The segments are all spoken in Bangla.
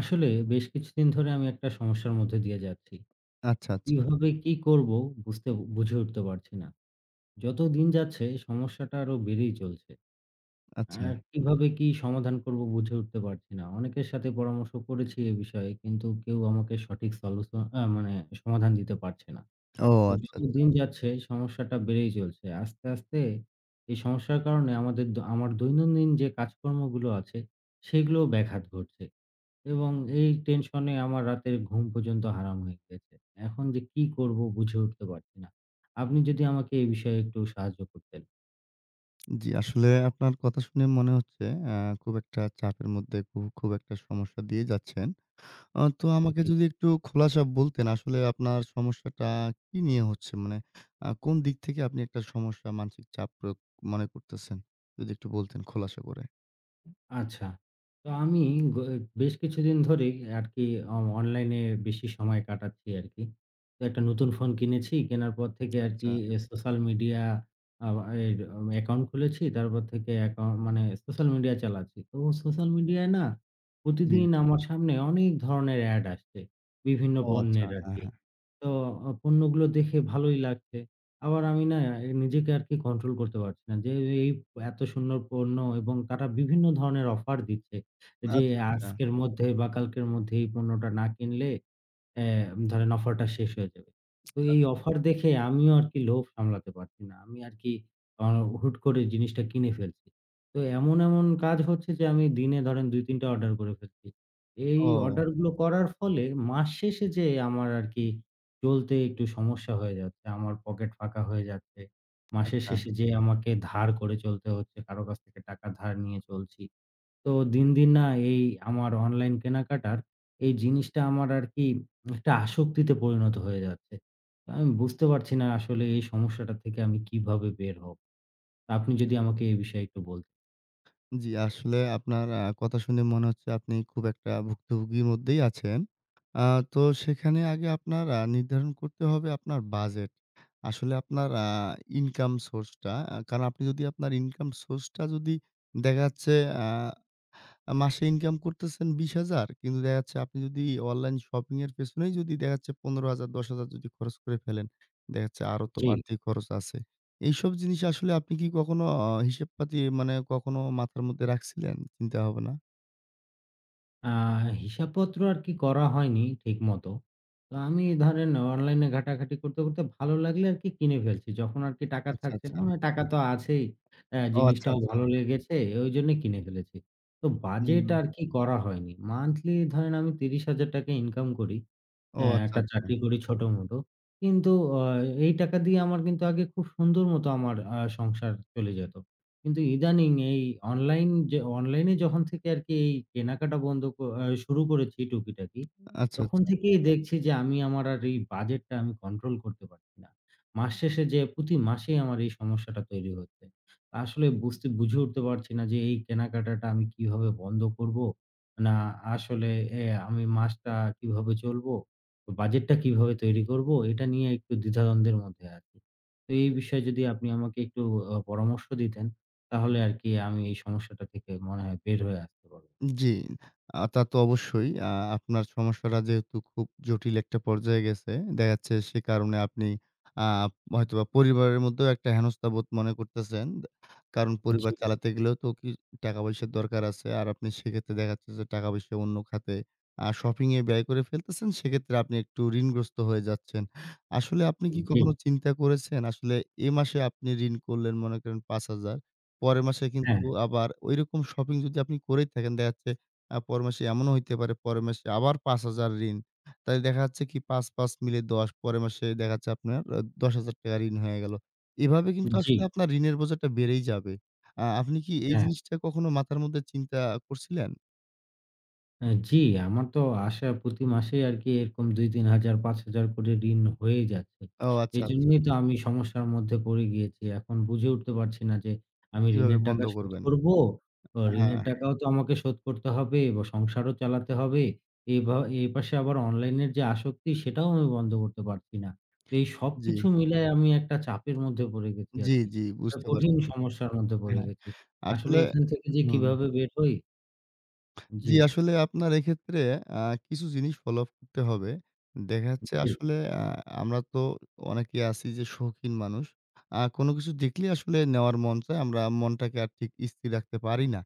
আসলে বেশ কিছুদিন ধরে আমি একটা সমস্যার মধ্যে দিয়ে যাচ্ছি। আচ্ছা, আচ্ছা, কিভাবে কি করব বুঝতে বুঝে উঠতে পারছি না। যত দিন যাচ্ছে সমস্যাটা আরো বেড়েই চলছে। আচ্ছা। আর কিভাবে কি সমাধান করব বুঝে উঠতে পারছি না। অনেকের সাথে পরামর্শ করেছি এ বিষয়ে কিন্তু কেউ আমাকে সঠিক সলিউশন মানে সমাধান দিতে পারছে না। ও তো আচ্ছা, যত আচ্ছা। দিন যাচ্ছে সমস্যাটা বেড়েই চলছে। আস্তে, আস্তে এই সমস্যার কারণে আমার দৈনন্দিন যে কাজকর্মগুলো আছে সেগুলোও ব্যাঘাত ঘটছে। এবং এই টেনশনে আমার রাতের ঘুম পর্যন্ত হারাম হয়ে গেছে। এখন যে কি করব বুঝে উঠতে পারছি না। আপনি যদি আমাকে এই বিষয়ে একটু সাহায্য করতেন। জি, আসলে আপনার কথা শুনে মনে হচ্ছে আ খুব একটা চাপের মধ্যে খুব একটা সমস্যা দিয়ে যাচ্ছেন। তো আমাকে জি। যদি একটু খোলাসা বলতেন আসলে আপনার সমস্যাটা কি নিয়ে হচ্ছে? মানে কোন দিক থেকে আপনি একটা সমস্যা মানসিক চাপ প্রয়োগ মনে করতেছেন? যদি একটু বলতেন খোলাসা করে। আচ্ছা। তো আমি গ বেশ কিছুদিন ধরেই আরকি অনলাইনে বেশি সময় কাটাচ্ছি আরকি। তো একটা নতুন ফোন কিনেছি। কেনার পর থেকে আচ্ছা, আরকি এ সোশ্যাল মিডিয়া আ এর অ্যাকাউন্ট খুলেছি। তারপর থেকে অ্যাকাউন্ট মানে সোশ্যাল মিডিয়া চালাচ্ছি। তো সোশ্যাল মিডিয়ায় না জি। প্রতিদিন আমার সামনে অনেক ধরনের এড আসছে। বিভিন্ন ও আচ্ছা। পণ্যের হ্যাঁ, আরকি। হ্যাঁ। তো পণ্যগুলো দেখে ভালোই লাগছে। আবার আমি না এ নিজেকে আরকি কন্ট্রোল করতে পারছি না। যে এই এত সুন্দর পণ্য এবং তারা বিভিন্ন ধরনের অফার দিচ্ছে। যে আচ্ছা, হুম। আচ্ছা, আজকের মধ্যে বা কালকের মধ্যে এই পণ্যটা না কিনলে হ্যাঁ, ধরেন অফারটা শেষ হয়ে যাবে। তো এই আচ্ছা। অফার দেখে আমিও আরকি লোভ সামলাতে পারছি না। আমি আরকি আ হুট করে জিনিসটা কিনে ফেলছি। তো এমন কাজ হচ্ছে যে আমি দিনে ধরেন ২-৩ টা অর্ডার করে ফেলছি। এই ও অর্ডারগুলো করার ফলে মাস শেষে যেয়ে আমার আরকি চলতে একটু সমস্যা হয়ে যাচ্ছে। আমার পকেট ফাঁকা হয়ে যাচ্ছে। মাসের আচ্ছা। শেষে যেয়ে আমাকে ধার করে চলতে হচ্ছে। কারো কাছ থেকে টাকা ধার নিয়ে চলছি। তো দিন না এই আমার অনলাইন কেনাকাটার এই জিনিসটা আমার আরকি একটা আসক্তিতে পরিণত হয়ে যাচ্ছে। আমি বুঝতে পারছি না আসলে এই সমস্যাটা থেকে আমি কিভাবে বের হব? আপনি যদি আমাকে এই বিষয়ে একটু বলতেন। জি, আসলে আপনার কথা শুনে মনে হচ্ছে আপনি খুব একটা ভুক্তভোগীর মধ্যেই আছেন। আ তো সেখানে আগে আপনার নির্ধারণ করতে হবে আপনার বাজেট। আসলে আপনার ইনকাম সোর্সটা কারণ আপনি যদি আপনার ইনকাম সোর্সটা যদি দেখা যাচ্ছে আ আ মাসে ইনকাম করতেছেন ২০,০০০, কিন্তু দেখা যাচ্ছে আপনি যদি অনলাইন শপিং এর পেছনেই যদি দেখা যাচ্ছে ১৫,০০০, ১০,০০০ যদি খরচ করে ফেলেন, দেখা যাচ্ছে আরো তো জি। বাড়তি খরচ আছে। এইসব জিনিস আসলে আপনি কি কখনো হিসেব পাতি মানে কখনো মাথার মধ্যে রাখছিলেন চিন্তা ভাবনা? আ হিসাবপত্র আরকি করা হয়নি ঠিকমতো। তো আমি ধরেন অনলাইনে ঘাটাঘাটি করতে, করতে ভালো লাগলে আরকি কিনে ফেলছি। যখন আরকি টাকা আচ্ছা, থাকছে না, আচ্ছা। মানে টাকা তো আছেই। অ্যা ও আচ্ছা, জিনিসটাও আচ্ছা। ভালো লেগেছে, ওইজন্যে কিনে ফেলেছি। তো হুম। বাজেট আরকি করা হয়নি। মান্থলি ধরেন আমি ৳30,000 ইনকাম করি। ও হ্যাঁ, আচ্ছা, একটা আচ্ছা। চাকরি করি ছোটমোটো। কিন্তু আ এই টাকা দিয়ে আমার কিন্তু আগে খুব সুন্দর মতো আমার সংসার চলে যেত। কিন্তু ইদানিং এই অনলাইনে যখন থেকে আরকি এই কেনাকাটা বন্ধ ক আ শুরু করেছি টুকিটাকি, আচ্ছা, তখন আচ্ছা। থেকেই দেখছি যে আমি আমার আর এই বাজেটটা আমি কন্ট্রোল করতে পারছি না। মাস শেষে যেয়ে প্রতি মাসেই আমার এই সমস্যাটা তৈরি হচ্ছে। আসলে বুঝে উঠতে পারছি না যে এই কেনাকাটাটা আমি কিভাবে বন্ধ করব? না আসলে আমি মাসটা কিভাবে চলবো? তো বাজেটটা কিভাবে তৈরি করব? এটা নিয়ে একটু দ্বিধাদ্বন্দ্বের মধ্যে আছি। তো এই বিষয়ে যদি আপনি আমাকে একটু পরামর্শ দিতেন, তাহলে আরকি আমি এই সমস্যাটা থেকে মনে হয় বের হয়ে আসতে পারব। জি, তা তো অবশ্যই। আপনার সমস্যাটা যেহেতু খুব জটিল একটা পর্যায়ে গেছে, দেখা যাচ্ছে সে কারণে আপনি আ হয়তোবা পরিবারের মধ্যেও একটা হেনস্থা বোধ মনে করতেছেন। কারণ পরিবার জি। চালাতে গেলেও তো কি টাকা-পয়সার দরকার আছে। আর আপনি সেক্ষেত্রে দেখা যাচ্ছে যে টাকা-পয়সা অন্য খাতে শপিং এ ব্যয় করে ফেলতেছেন। সেক্ষেত্রে আপনি একটু ঋণগ্রস্ত হয়ে যাচ্ছেন। আসলে আপনি কি জি, কখনো চিন্তা করেছেন? আসলে এ মাসে আপনি ঋণ করলেন মনে করেন ৳৫,০০০, পরের মাসে হ্যাঁ, কিন্তু আবার ঐরকম শপিং যদি আপনি করেই থাকেন, দেখা যাচ্ছে পরের মাসে এমনও হইতে পারে পরের মাসে আবার ৫,০০০ ঋণ। তাইলে দেখা যাচ্ছে কি ৫, ৫ মিলে ১০, পরের মাসে দেখা যাচ্ছে আপনার ৳১০,০০০ ঋণ হয়ে গেল। এভাবে কিন্তু জি, আসলে আপনার ঋণের বোঝাটা বেড়েই যাবে। আপনি কি এই হ্যাঁ। জিনিসটা কখনো মাথার মধ্যে চিন্তা করছিলেন? জি, আমার তো আশা প্রতি মাসেই আরকি এরকম ২-৩ হাজার, ৫,০০০ করে ঋণ হয়ে যাচ্ছে। ও আচ্ছা, আচ্ছা। এজন্যই তো আমি সমস্যার মধ্যে পড়ে গিয়েছি। এখন বুঝে উঠতে পারছি না যে আমি কিভাবে ঋণের বন্ধ টাকা শোধ করবেন? করবো। হ্যাঁ, ঋণের টাকাও তো আমাকে শোধ করতে হবে বা সংসারও চালাতে হবে। এভা এপাশে আবার অনলাইনের যে আসক্তি সেটাও আমি বন্ধ করতে পারছি না। তো এই জি। সবকিছু মিলায় আমি একটা চাপের মধ্যে পড়ে গেছি জি, আরকি। জি, একটা বুঝতে কঠিন পারছি। সমস্যার মধ্যে পড়ে হ্যাঁ, গেছি। আসলে আসলে এখান থেকে যে হুম। কিভাবে বের হই জি, জি, আসলে আপনার এক্ষেত্রে আ কিছু জিনিস ফলো আপ করতে হবে। দেখা যাচ্ছে জি, আসলে আ আমরা তো অনেকেই আছি যে শৌখিন মানুষ। কোনো কিছু দেখলেই আসলে নেওয়ার মন চায়। আমরা মনটাকে আর ঠিক স্থির রাখতে পারি না।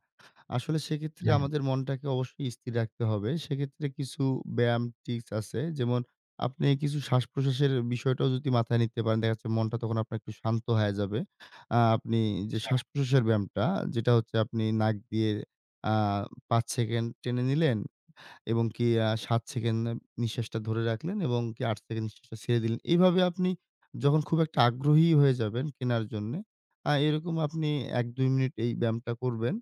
আসলে সেক্ষেত্রে হ্যাঁ। আমাদের মনটাকে অবশ্যই স্থির রাখতে হবে। সেক্ষেত্রে কিছু ব্যায়াম ট্রিক্স আছে। যেমন আপনি কিছু শ্বাস-প্রশ্বাসের বিষয়টাও যদি মাথায় নিতে পারেন, দেখা যাচ্ছে মনটা তখন আপনার একটু শান্ত হয়ে যাবে। আপনি যে আচ্ছা, শ্বাস-প্রশ্বাসের ব্যায়ামটা, যেটা হচ্ছে আপনি নাক দিয়ে আ ৫ সেকেন্ড টেনে নিলেন এবং কি ৭ সেকেন্ড নিঃশ্বাসটা ধরে রাখলেন এবং কি ৮ সেকেন্ড নিঃশ্বাসটা ছেড়ে দিলেন। এইভাবে আপনি যখন খুব একটা আগ্রহী হয়ে যাবেন কেনার জন্যে, এরকম আপনি ১-২ মিনিট এই ব্যায়ামটা করবেন।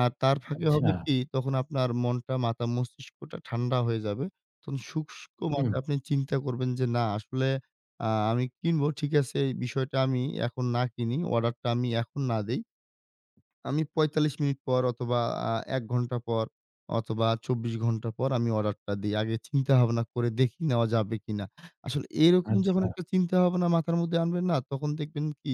আর তার ফাঁকে হবে আচ্ছা। কি তখন আপনার মনটা, মাথা, মস্তিষ্কটা ঠান্ডা হয়ে যাবে। তখন শুষ্ক হুম, মাথায় আপনি চিন্তা করবেন যে, "না আসলে আমি কিনবো। ঠিক আছে এই বিষয়টা আমি এখন না কিনি, অর্ডারটা আমি এখন না দেই।" আমি ৪৫ মিনিট পর অথবা আ ১ ঘন্টা পর অথবা ২৪ ঘন্টা পর আমি অর্ডারটা দেই। আগে চিন্তা ভাবনা করে দেখি নেওয়া যাবে কিনা। আসলে এরকম যখন আচ্ছা, একটা চিন্তা ভাবনা মাথার মধ্যে আনবেন না, তখন দেখবেন কি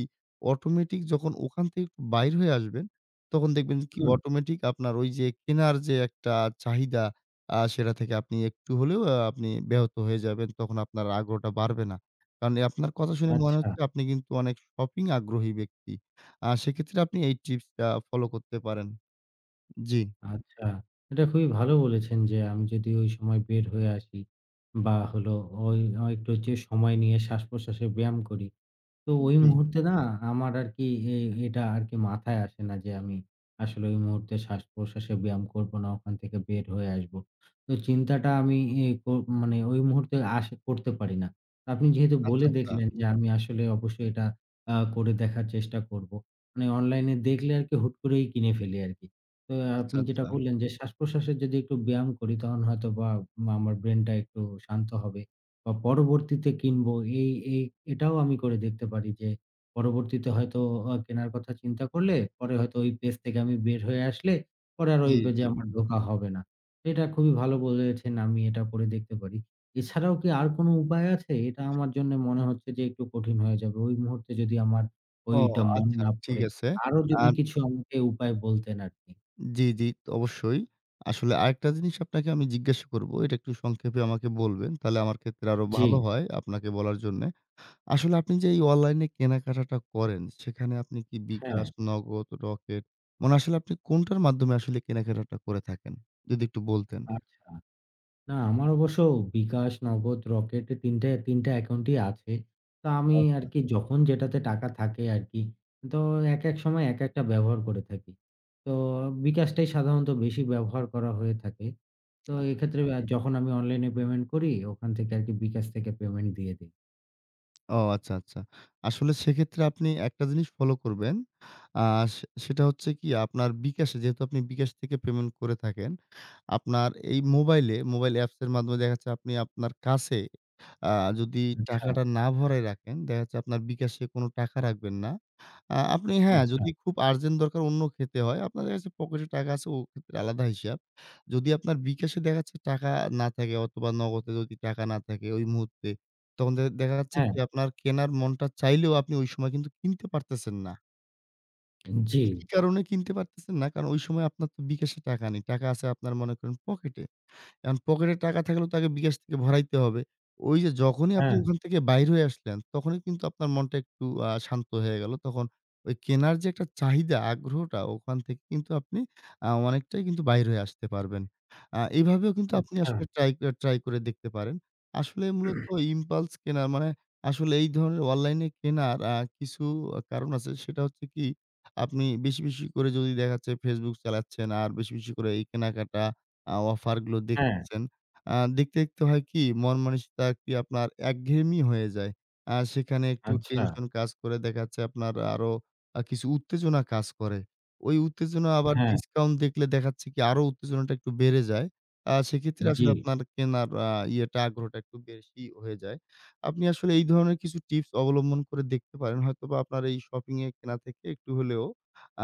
অটোমেটিক যখন ওখান থেকে একটু বাইর হয়ে আসবেন, তখন দেখবেন কি হুম, অটোমেটিক আপনার ওই যে কেনার যে একটা চাহিদা, সেটা থেকে আপনি একটু হলেও আপনি ব্যাহত হয়ে যাবেন। তখন আপনার আগ্রহটা বাড়বে না। কারণ এই আপনার কথা শুনে মনে আচ্ছা, হচ্ছে আপনি কিন্তু অনেক শপিং আগ্রহী ব্যক্তি। সেক্ষেত্রে আপনি এই টিপসটা ফলো করতে পারেন। জি, আচ্ছা। এটা খুবই ভালো বলেছেন যে, আমি যদি ওই সময় বের হয়ে আসি বা হলো ওই একটু যে সময় নিয়ে শ্বাস-প্রশ্বাসের ব্যায়াম করি, তো ওই জি। মুহূর্তে না আমার আরকি এ এটা আরকি মাথায় আসে না যে আমি আসলে ওই মুহূর্তে শ্বাস-প্রশ্বাসে ব্যায়াম করব না, ওখান থেকে বের হয়ে আসব। তো চিন্তাটা আমি এ কো মানে ওই মুহূর্তে আসে করতে পারি না। আপনি যেহেতু আচ্ছা, বলে জি। আচ্ছা, দেখলেন যে আমি আসলে অবশ্যই এটা করে দেখার চেষ্টা করব। মানে অনলাইনে দেখলে আরকি হুট করেই কিনে ফেলি আরকি। তো আচ্ছা, আপনি যেটা আচ্ছা। বললেন যে শ্বাস-প্রশ্বাসের যদি একটু ব্যায়াম করি তখন হয়তোবা আমার ব্রেইনটা একটু শান্ত হবে। বা পরবর্তীতে কিনবো এই এই এটাও আমি করে দেখতে পারি যে, পরবর্তীতে হয়তো কেনার কথা চিন্তা করলে পরে হয়তো ওই পেজ থেকে আমি বের হয়ে আসলে পরে আর ওই জি, পেজে জি। হুম। আমার ঢোকা হবে না। এটা খুবই ভালো বলেছেন, আমি এটা করে দেখতে পারি। এছাড়াও কি আর কোনো উপায় আছে? এটা আমার জন্যে মনে হচ্ছে যে একটু কঠিন হয়ে যাবে। ওই মুহূর্তে যদি আমার ও ওইটা মনে আচ্ছা, না ঠিক পড়ে। আছে। আরো যদি আর কিছু আমাকে উপায় বলতেন আরকি। জি, জি, অবশ্যই। আসলে আরেকটা জিনিস আপনাকে আমি জিজ্ঞাসা করব। এটা একটু সংক্ষেপে আমাকে বলবেন। তাহলে আমার ক্ষেত্রে আরো জি, ভালো হয় আপনাকে বলার জন্যে। আসলে আপনি যে এই অনলাইনে কেনাকাটাটা করেন, সেখানে আপনি কি হ্যাঁ, বিকাশ, নগদ, রকেট মানে আসলে আপনি কোনটার মাধ্যমে আসলে কেনাকাটাটা করে থাকেন? যদি একটু বলতেন। আচ্ছা। না, আমার অবশ্য বিকাশ, নগদ, রকেট ৩ টায় ৩ টা অ্যাকাউন্টই আছে। তো আমি আচ্ছা, আরকি যখন যেটাতে টাকা থাকে আরকি, তো একেক সময় একেকটা ব্যবহার করে থাকি। তো বিকাশটাই সাধারণত বেশি ব্যবহার করা হয়ে থাকে। তো আচ্ছা, এক্ষেত্রে আচ্ছা। যখন আমি অনলাইনে পেমেন্ট করি, ওখান থেকে আরকি বিকাশ থেকে পেমেন্ট দিয়ে দেই। ও আচ্ছা, আচ্ছা। আসলে সেক্ষেত্রে আপনি একটা জিনিস ফলো করবেন। আ সে সেটা হচ্ছে কি আপনার বিকাশে যেহেতু আপনি বিকাশ থেকে পেমেন্ট করে থাকেন, আপনার এই মোবাইলে, মোবাইল অ্যাপসের মাধ্যমে দেখা যাচ্ছে আপনি আপনার কাছে আ যদি আচ্ছা, টাকাটা না ভরায় রাখেন, দেখা যাচ্ছে আপনার বিকাশে কোনো টাকা রাখবেন না। আপনি হ্যাঁ, আচ্ছা। যদি খুব আর্জেন্ট দরকার অন্য ক্ষেত্রে হয়, আপনার কাছে পকেটে টাকা আছে, ও ক্ষেত্রে আলাদা হিসাব। যদি আপনার বিকাশে দেখা যাচ্ছে টাকা না থাকে অথবা নগদে যদি টাকা না থাকে ওই মুহূর্তে, তখন দেখা যাচ্ছে হ্যাঁ, কি আপনার কেনার মনটা চাইলেও আপনি ওই সময় কিন্তু কিনতে পারতেছেন না। জি। কি, কি কারণে কিনতে পারতেছেন না? কারণ ওই সময় আপনার তো বিকাশে টাকা নেই। টাকা আছে আপনার মনে করেন পকেটে। এখন পকেটে টাকা থাকলেও তাকে বিকাশ থেকে ভরাইতে হবে। ওই যে যখনই আপনি হ্যাঁ, ওখান থেকে বাইর হয়ে আসলেন, তখনই কিন্তু আপনার মনটা একটু শান্ত হয়ে গেল। তখন ওই কেনার যে একটা চাহিদা, আগ্রহটা ওখান থেকে কিন্তু আপনি অনেকটাই কিন্তু বাইর হয়ে আসতে পারবেন। এভাবেও কিন্তু আপনি আচ্ছা। আসলে ট্রাই করে দেখতে পারেন। আসলে মূলত ইম্পালস কেনা মানে আসলে এই ধরনের অনলাইনে কেনার কিছু কারণ আছে। সেটা হচ্ছে কি আপনি বেশি, বেশি করে যদি দেখা যাচ্ছে Facebook চালাচ্ছেন আর বেশি, বেশি করে এই কেনাকাটা অফার গুলো হ্যাঁ, দেখতেছেন। আ দেখতে, দেখতে হয় কি মন মানসিকতা কি আপনার একঘেয়েমি হয়ে যায়। সেখানে একটু আচ্ছা। টেনশন কাজ করে দেখা যাচ্ছে আপনার আরো কিছু উত্তেজনা কাজ করে। ওই উত্তেজনা আবার হ্যাঁ, ডিসকাউন্ট দেখলে দেখাচ্ছে কি আরো উত্তেজনাটা একটু বেড়ে যায়। সেক্ষেত্রে জি। আসলে আপনার কেনার আ ইয়েটা আগ্রহটা একটু বেশি হয়ে যায়। আপনি আসলে এই ধরনের কিছু টিপস অবলম্বন করে দেখতে পারেন। হয়তোবা আপনার এই শপিং এ কেনা থেকে একটু হলেও আ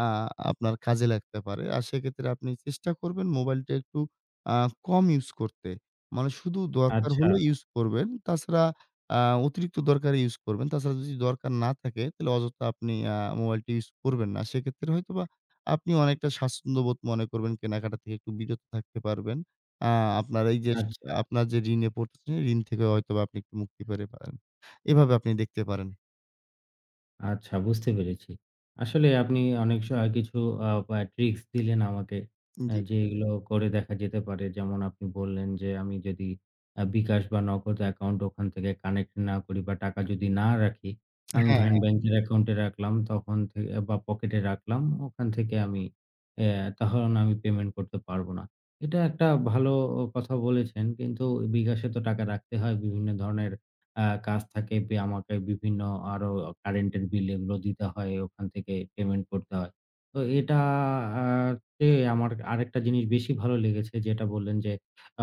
আপনার কাজে লাগতে পারে। আর সেক্ষেত্রে আপনি চেষ্টা করবেন মোবাইলটা একটু আ কম ইউজ করতে। মানে শুধু দরকার আচ্ছা, হলে ইউজ করবেন। তাছাড়া আ অতিরিক্ত দরকারে ইউজ করবেন। তাছাড়া যদি দরকার না থাকে তাহলে অযথা আপনি মোবাইলটি ইউজ করবেন না। সেক্ষেত্রে হয়তোবা আপনি অনেকটা স্বাচ্ছন্দ্যবোধ মনে করবেন। কেনাকাটা থেকে একটু বিরত থাকতে পারবেন। আ আপনার এই যে, আচ্ছা। আপনার যে ঋণে পড়তেছেন, ঋণ থেকে হয়তোবা আপনি একটু মুক্তি পেতে পারেন। এভাবে আপনি দেখতে পারেন। আচ্ছা বুঝতে পেরেছি। আসলে আপনি অনেক কিছু আ বা ট্রিকস দিলেন আমাকে অ্যা জি। যে এগুলো করে দেখা যেতে পারে। যেমন আপনি বললেন যে আমি যদি বিকাশ বা নগদ অ্যাকাউন্ট ওখান থেকে কানেক্ট না করি বা টাকা যদি না রাখি, আমি হ্যাঁ, ধরেন হ্যাঁ। ব্যাংকের অ্যাকাউন্টে রাখলাম তখন থে বা পকেটে রাখলাম ওখান থেকে আমি অ্যা তখন আমি পেমেন্ট করতে পারবো না। এটা একটা ভালো কথা বলেছেন কিন্তু বিকাশে তো টাকা রাখতে হয় বিভিন্ন ধরনের আ কাজ থাকে আমাকে বিভিন্ন আরো কারেন্টের বিল এগুলো দিতে হয়। ওখান থেকে পেমেন্ট করতে হয়। তো এটা আ তে আমার আরেকটা জিনিস বেশি ভালো লেগেছে যেটা বললেন যে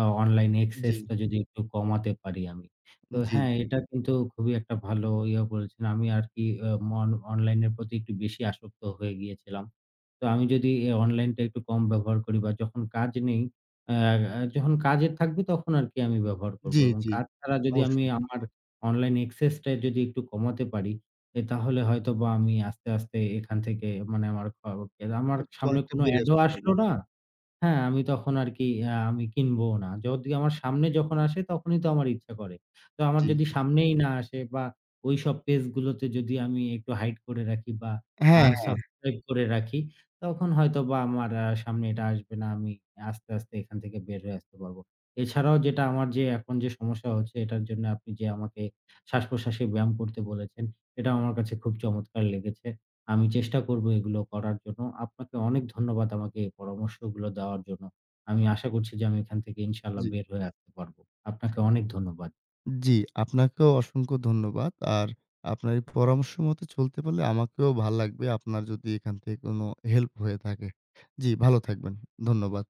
অনলাইন জি, access টা যদি একটু কমাতে পারি আমি। তো জি, হ্যাঁ, জি। এটা কিন্তু খুবই একটা ভালো ইয়ে বলেছেন। আমি আর কি মন অনলাইনের প্রতি একটু বেশি আসক্ত হয়ে গিয়েছিলাম। তো আমি যদি অনলাইনটা একটু কম ব্যবহার করি বা যখন কাজ নেই, আ আ যখন কাজে থাকবে তখন আর কি আমি ব্যবহার করব জি, এবং জি। কাজ ছাড়া যদি আমি অবশ্যই। আমার অনলাইন access টা যদি একটু কমাতে পারি, তাহলে হয়তোবা আমি আস্তে, আস্তে এখান থেকে মানে আমার খ আমার একটু সামনে অনেকটা কোনো বেড়ে এড ও আসতে আসলো পারবেন। না। হ্যাঁ, আমি তখন আরকি আমি কিনবও না। যদি আমার সামনে যখন আসে তখনই তো আমার ইচ্ছা করে। তো আমার জি, যদি জি। সামনেই না আসে বা ওইসব পেজ গুলোতে যদি আমি একটু হাইড করে রাখি বা হ্যাঁ, হ্যাঁ। আনসাবস্ক্রাইব করে রাখি, তখন হয়তোবা আমার সামনে এটা আসবে না। আমি আস্তে, আস্তে এখান থেকে বের হয়ে আসতে পারবো। এছাড়াও যেটা আমার যে এখন যে সমস্যা হচ্ছে এটার জন্য আপনি যে আমাকে শ্বাস-প্রশ্বাসে ব্যায়াম করতে বলেছেন, এটাও আমার কাছে খুব চমৎকার লেগেছে। আমি চেষ্টা করব এগুলো করার জন্য। আপনাকে অনেক ধন্যবাদ আমাকে এই পরামর্শগুলো দেওয়ার জন্য। আমি আশা করছি যে আমি এখান থেকে ইনশাআল্লাহ জি। বের হয়ে আসতে পারব। আপনাকে অনেক ধন্যবাদ। জি, আপনাকেও অসংখ্য ধন্যবাদ। আর আপনার এই পরামর্শ মতো চলতে পারলে আমাকেও ভাল লাগবে, আপনার যদি এখান থেকে কোনো হেল্প হয়ে থাকে। জি, ভালো থাকবেন। ধন্যবাদ।